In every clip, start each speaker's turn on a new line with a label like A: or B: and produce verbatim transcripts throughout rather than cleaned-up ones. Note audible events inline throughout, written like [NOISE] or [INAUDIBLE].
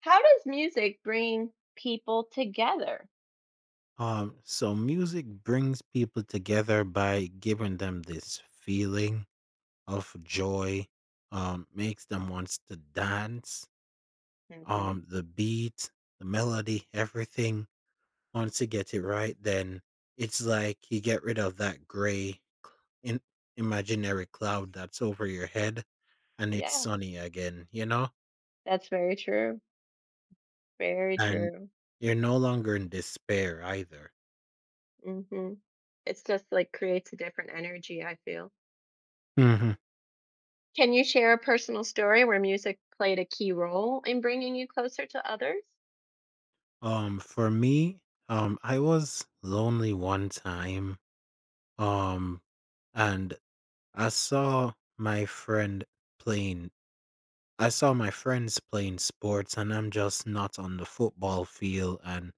A: How does music bring people together?
B: Um, so music brings people together by giving them this feeling of joy, um, makes them wants to dance.
A: Mhm.
B: Um, the beat, the melody, everything. Once you get it right, then it's like you get rid of that gray cl- in, imaginary cloud that's over your head and it's
A: Yeah,
B: sunny again, you know?
A: that's very true. Very
B: And
A: true.
B: you're no longer in despair either.
A: Mhm. It's just like creates a different energy, I feel.
B: Mhm.
A: Can you share a personal story where music played a key role in bringing you closer to others?
B: Um, for me, um, I was lonely one time, um, and I saw my friend playing. I saw my friends playing sports, and I'm just not on the football field, and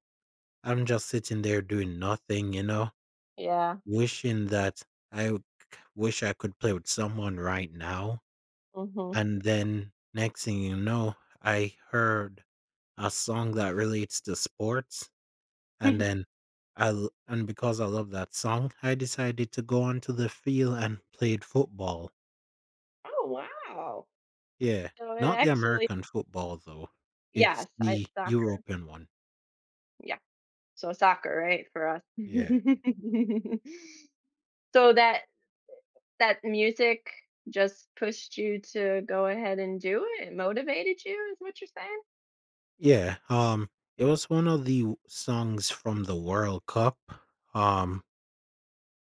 B: I'm just sitting there doing nothing, you know,
A: Yeah.
B: wishing that I w- c- wish I could play with someone right now.
A: Mhm.
B: And then next thing you know, I heard a song that relates to sports. And then
A: [LAUGHS]
B: I l and because I love that song, I decided to go onto the field and played football.
A: Oh, wow.
B: Yeah,
A: So it
B: not the
A: actually
B: American football though, it's
A: yes, I
B: the
A: soccer.
B: European one.
A: Yeah. So soccer, right, for us.
B: Yeah.
A: [LAUGHS] So that that music just pushed you to go ahead and do it? It motivated you is what you're saying?
B: Yeah, um, it was one of the w songs from the World Cup, um,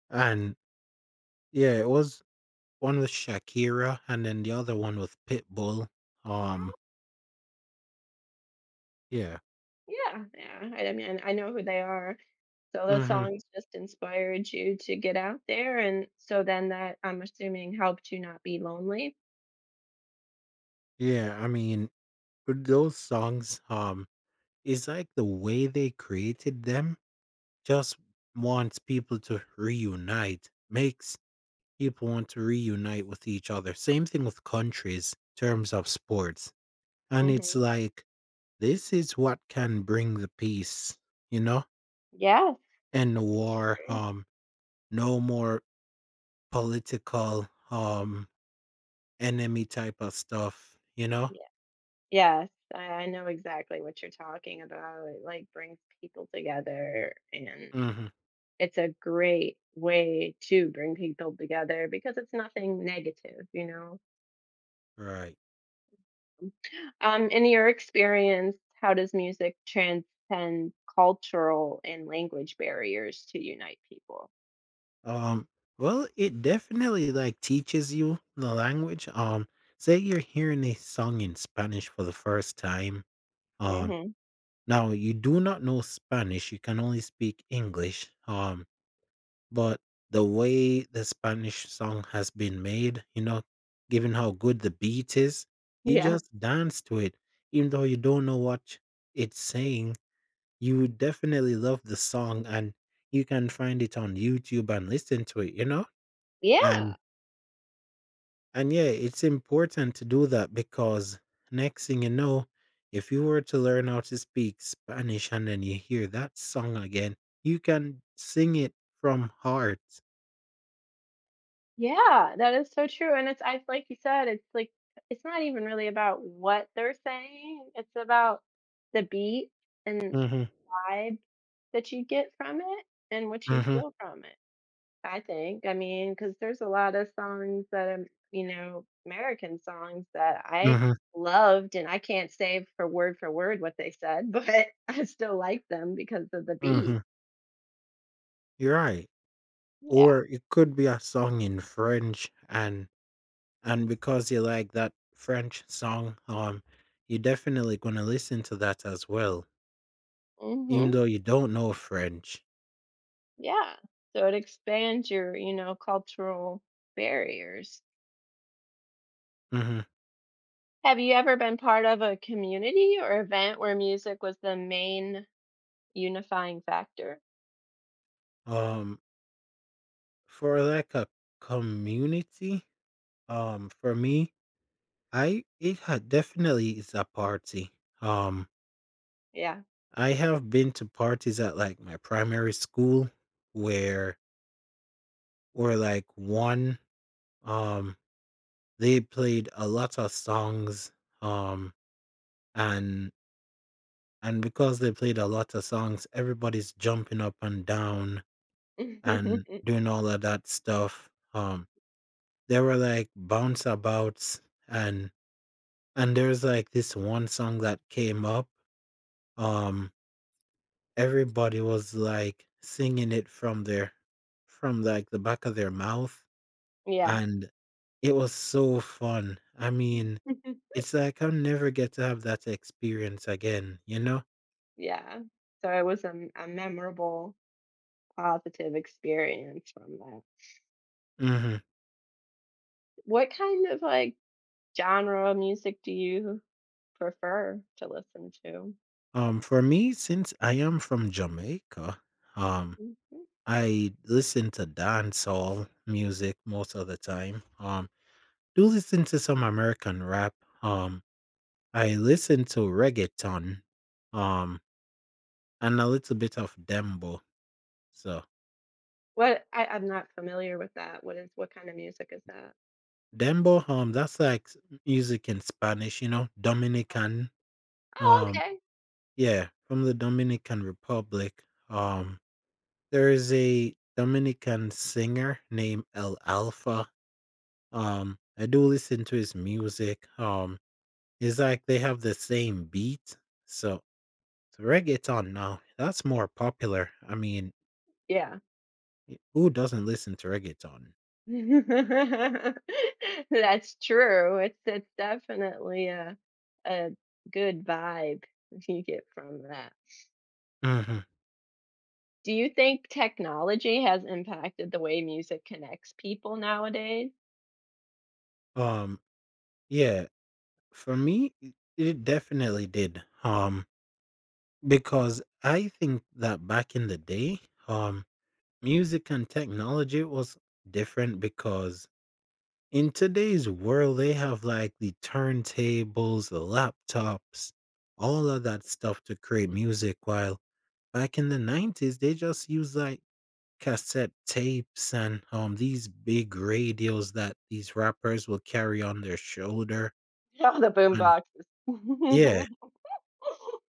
B: and yeah, it was one with Shakira and then the other one with Pitbull, um,
A: Oh,
B: yeah.
A: yeah, yeah, I I mean, I know who they are. So those
B: Mhm.
A: songs just inspired you to get out there, and so then that, I'm assuming, helped you not be lonely?
B: Yeah, I mean, with those songs, um It's like the way they created them just wants people to reunite, makes people want to reunite with each other. Same thing with countries, in terms of sports. And it's
A: Mhm.
B: like this is what can bring the peace, you know,
A: Yes,
B: and the war.
A: agree.
B: Um, no more political um enemy type of stuff, you know?
A: Yeah. Yes, I I know exactly what you're talking about. It, like, brings people together, and
B: Hmm.
A: it's a great way to bring people together because it's nothing negative, you know?
B: Right.
A: Um, in your experience, how does music transcend cultural and language barriers to unite people?
B: Um, well, it definitely like teaches you the language. Um, say you're hearing a song in Spanish for the first time. Um,
A: Mhm.
B: now you do not know Spanish, you can only speak English. Um, but the way the Spanish song has been made, you know, given how good the beat is, you
A: Yeah.
B: just dance to it, even though you don't know what it's saying. You definitely love the song and you can find it on YouTube and listen to it, you know?
A: Yeah.
B: And And yeah, it's important to do that because next thing you know, if you were to learn how to speak Spanish and then you hear that song again, you can sing it from heart.
A: Yeah, that is so true, and it's I like you said, it's like it's not even really about what they're saying, it's about the beat and
B: Hmm.
A: vibe that you get from it and what you
B: Hmm.
A: feel from it. I think. I mean, because there's a lot of songs that are, you know, American songs that I
B: Hmm.
A: loved, and I can't say for word for word what they said, [LAUGHS] but I still like them because of the
B: Hmm.
A: beat.
B: You're right.
A: Yeah.
B: Or it could be a song in French and and because you like that French song, um, you're definitely gonna listen to that as well, even
A: hmm
B: though you don't know French.
A: Yeah. So it expands your, you know, cultural barriers.
B: Hmm.
A: Have you ever been part of a community or event where music was the main unifying factor?
B: Um, for like a community, um, for me, I it ha definitely is a party. Um,
A: Yeah.
B: I have been to parties at like my primary school where or like one um they played a lot of songs, um and and because they played a lot of songs everybody's jumping up and down and
A: [LAUGHS]
B: doing all of that stuff um there were like bounce abouts and. And there's like this one song that came up, um, everybody was like singing it from their from like the back of their mouth,
A: Yeah.
B: and it was so fun. I mean,
A: [LAUGHS]
B: it's like I'll never get to have that experience again, you know?
A: Yeah. So it was a a memorable positive experience from that.
B: Mhm.
A: What kind of, like, genre of music do you prefer to listen to?
B: Um, for me, since I am from Jamaica, um,
A: Mhm.
B: I listen to dancehall music most of the time. Um, do listen to some American rap, um, I listen to reggaeton, um, and a little bit of dembo. So
A: What I I'm not familiar with that. What is what kind of music is that?
B: dembo, um, that's like s- music in Spanish, you know, Dominican.
A: Oh,
B: Um,
A: okay.
B: yeah, from the Dominican Republic. Um, there is a Dominican singer named El Alfa. Um, I do listen to his music. Um, it's like they have the same beat. So, so reggaeton now, that's more popular. I mean,
A: Yeah.
B: who doesn't listen to reggaeton?
A: [LAUGHS] That's true. It's it's definitely a a good vibe you get from that.
B: Mhm.
A: Do you think technology has impacted the way music connects people nowadays?
B: Um, yeah, for me, it it definitely did. Um, because I think that back in the day, um, music and technology was different because in today's world, they have like the turntables, the laptops, all of that stuff to create music. While back in the nineties, they just used like cassette tapes and um these big radios that these rappers will carry on their shoulder.
A: Oh, the boom boxes.
B: Yeah.
A: [LAUGHS]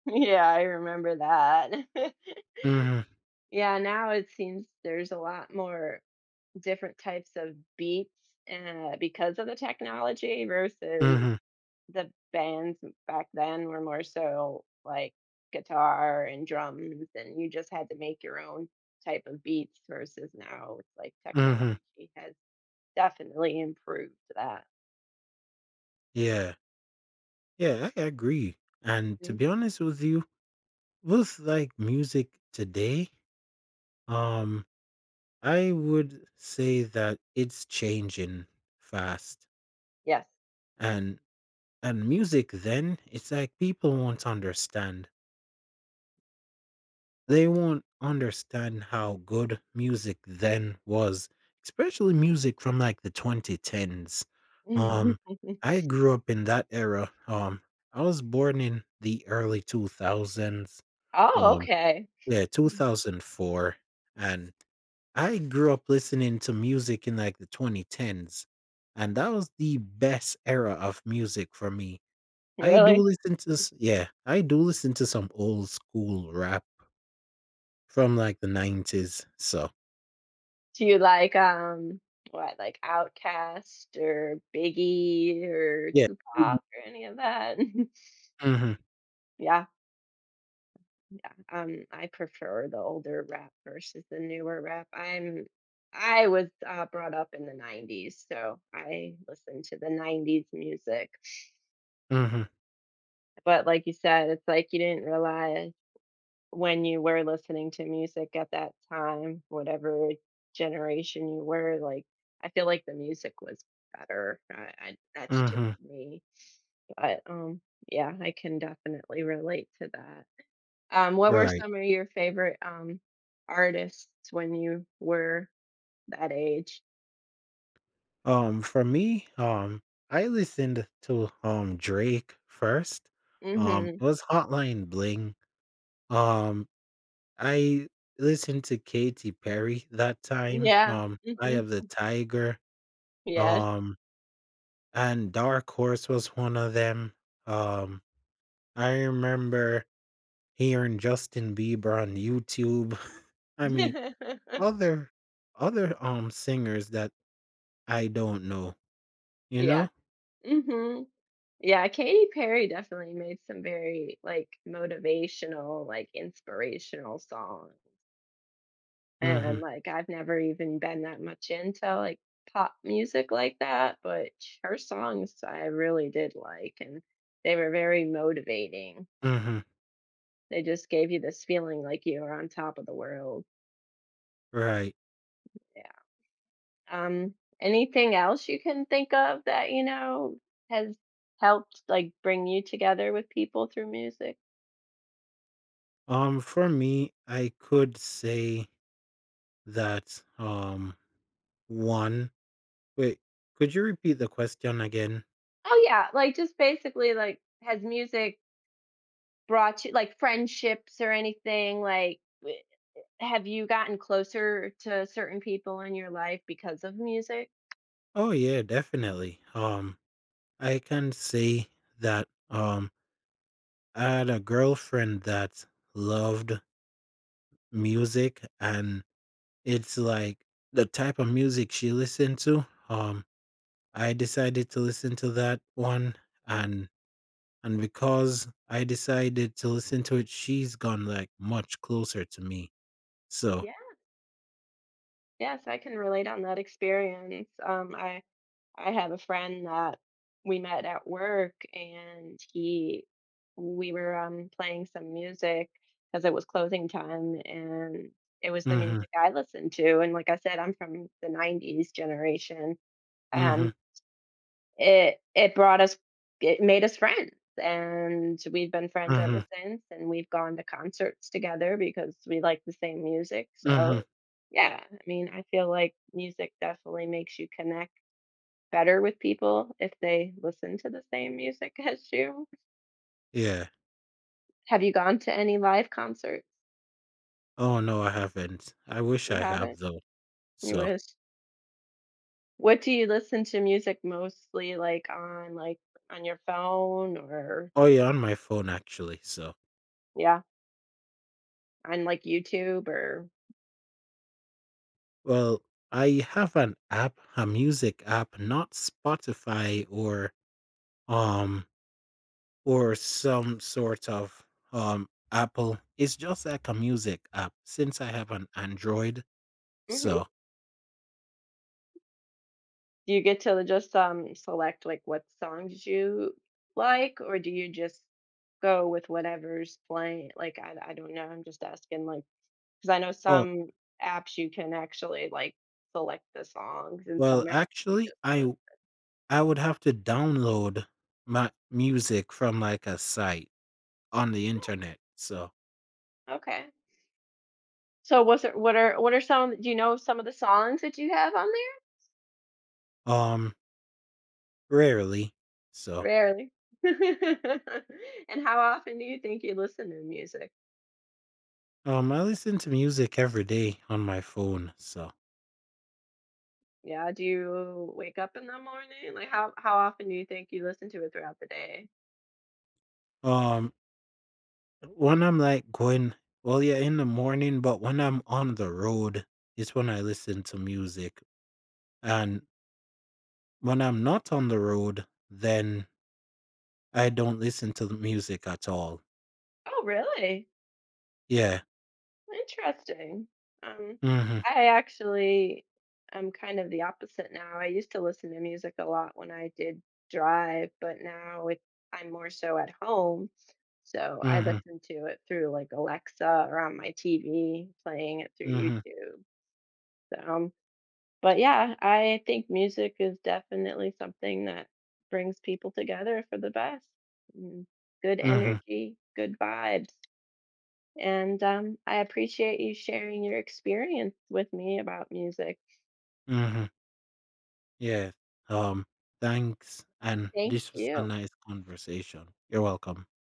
A: Yeah, I remember that. [LAUGHS]
B: Mhm.
A: Yeah, now it seems there's a lot more different types of beats, uh, because of the technology versus
B: Mhm.
A: the bands back then were more so like guitar and drums, and you just had to make your own type of beats versus now it's like technology
B: Mhm.
A: has definitely improved that.
B: Yeah. Yeah, I agree, and to
A: Mm.
B: be honest with you, with, like, music today, um, I would say that it's changing fast,
A: Yes.
B: and and music then, it's like people won't understand. They won't understand how good music then was, especially music from, like, the twenty tens. Um, I
A: [LAUGHS]
B: grew up in that era, um, I was born in the early two thousands,
A: Oh,
B: um
A: okay.
B: yeah, two thousand four, and I grew up listening to music in, like, the twenty tens, and that was the best era of music for me. I do
A: Really?
B: listen to s yeah, I do listen to some old school rap. From, like, the nineties, so
A: Do you like, um, what, like Outkast or Biggie or
B: yeah.
A: Tupac or any of that? [LAUGHS]
B: Mhm.
A: Yeah, yeah, um, I prefer the older rap versus the newer rap. I'm I was, uh, brought up in the nineties, so I listened to the nineties music.
B: Mhm.
A: But like you said, it's like you didn't realize when you were listening to music at that time, whatever generation you were, like, I feel like the music was better. I I that's just
B: Mhm.
A: me, but, um, yeah, I can definitely relate to that. Um, what were
B: Right.
A: some of your favorite, um, artists when you were that age?
B: Um, for me, um, I listened to, um, Drake first, um, it
A: Mhm.
B: was Hotline Bling, um, I listened to Katy Perry that time,
A: Yeah.
B: um, Eye
A: Mhm.
B: of the Tiger,
A: Yes.
B: um, and Dark Horse was one of them, um, I remember hearing Justin Bieber on YouTube, [LAUGHS] I mean
A: [LAUGHS]
B: Other other, um, singers that I don't know, you
A: Yeah.
B: know?
A: Mhm. Yeah, Katy Perry definitely made some very, like, motivational, like, inspirational songs, and,
B: Mhm.
A: like, I've never even been that much into, like, pop music like that, but sh her songs I really did like, and they were very motivating.
B: Mhm.
A: They just gave you this feeling like you were on top of the world.
B: Right.
A: Yeah. Um, anything else you can think of that, you know, has helped, like, bring you together with people through music?
B: Um, for me, I could say that, um, one wait, could you repeat the question again?
A: Oh yeah, like, just basically, like, has music brought you like, friendships or anything, like, w have you gotten closer to certain people in your life because of music?
B: Oh, yeah, definitely. Um, I can say that, um, I had a girlfriend that loved music, and it's like the type of music she listened to, um I decided to listen to that one and and because I decided to listen to it, she's gone like much closer to me. So
A: Yeah, yes, I can relate on that experience. Um, I I have a friend that we met at work, and he we were, um, playing some music because it was closing time, and it was the
B: mhm.
A: music I listened to, and like I said, I'm from the nineties generation,
B: Mhm.
A: and it it brought us it made us friends and we've been friends ever
B: Mhm.
A: since and we've gone to concerts together because we like the same music so
B: Mhm.
A: yeah I mean I feel like music definitely makes you connect better with people if they listen to the same music [LAUGHS] as you
B: Yeah.
A: have you gone to any live concerts
B: Oh no, I haven't. I wish
A: you
B: I have
A: haven't
B: though.
A: you
B: So
A: wish what do you listen to music mostly like on like on your phone or
B: oh yeah, on my phone actually. So
A: yeah on like youtube or
B: well, I have an app, a music app, not Spotify or um or some sort of um Apple. It's just like a music app since I have an Android.
A: Mhm.
B: So,
A: Do you get to just, um, select, like, what songs you like, or do you just go with whatever's playing? Like, I I don't know, I'm just asking, like because I know
B: oh,
A: some apps you can actually, like, select the songs, and
B: well,
A: some apps you
B: actually,
A: just listen.
B: I I would have to download my music from like a site on the internet. So,
A: Okay. So what's it what are what are some do you know some of the songs that you have on
B: um, rarely.
A: there?
B: So,
A: Rarely. [LAUGHS] And how often do you think you listen to music?
B: um, I listen to music every day on my phone. So,
A: Yeah, do you wake up in the morning? Like, how how often do you think you listen to it throughout the day?
B: um, when I'm like going, well, yeah, in the morning, but when I'm on the road, it's when I listen to music and. When I'm not on the road, then I don't listen to the music at all.
A: Oh, really?
B: Yeah.
A: Interesting. Um,
B: Mhm.
A: I actually am kind of the opposite now. I used to listen to music a lot when I did drive, but now it, I'm more so at home. So I
B: Mhm.
A: listen to it through like Alexa or on my T V, playing it through
B: Mhm.
A: YouTube. So, um, but yeah, I think music is definitely something that brings people together for the best. Mm, good
B: Mhm.
A: energy, good vibes. And um, I appreciate you sharing your experience with me about music.
B: Mhm. Yeah. Um, thanks, and
A: Thank
B: this was a
A: you.
B: nice conversation. You're welcome.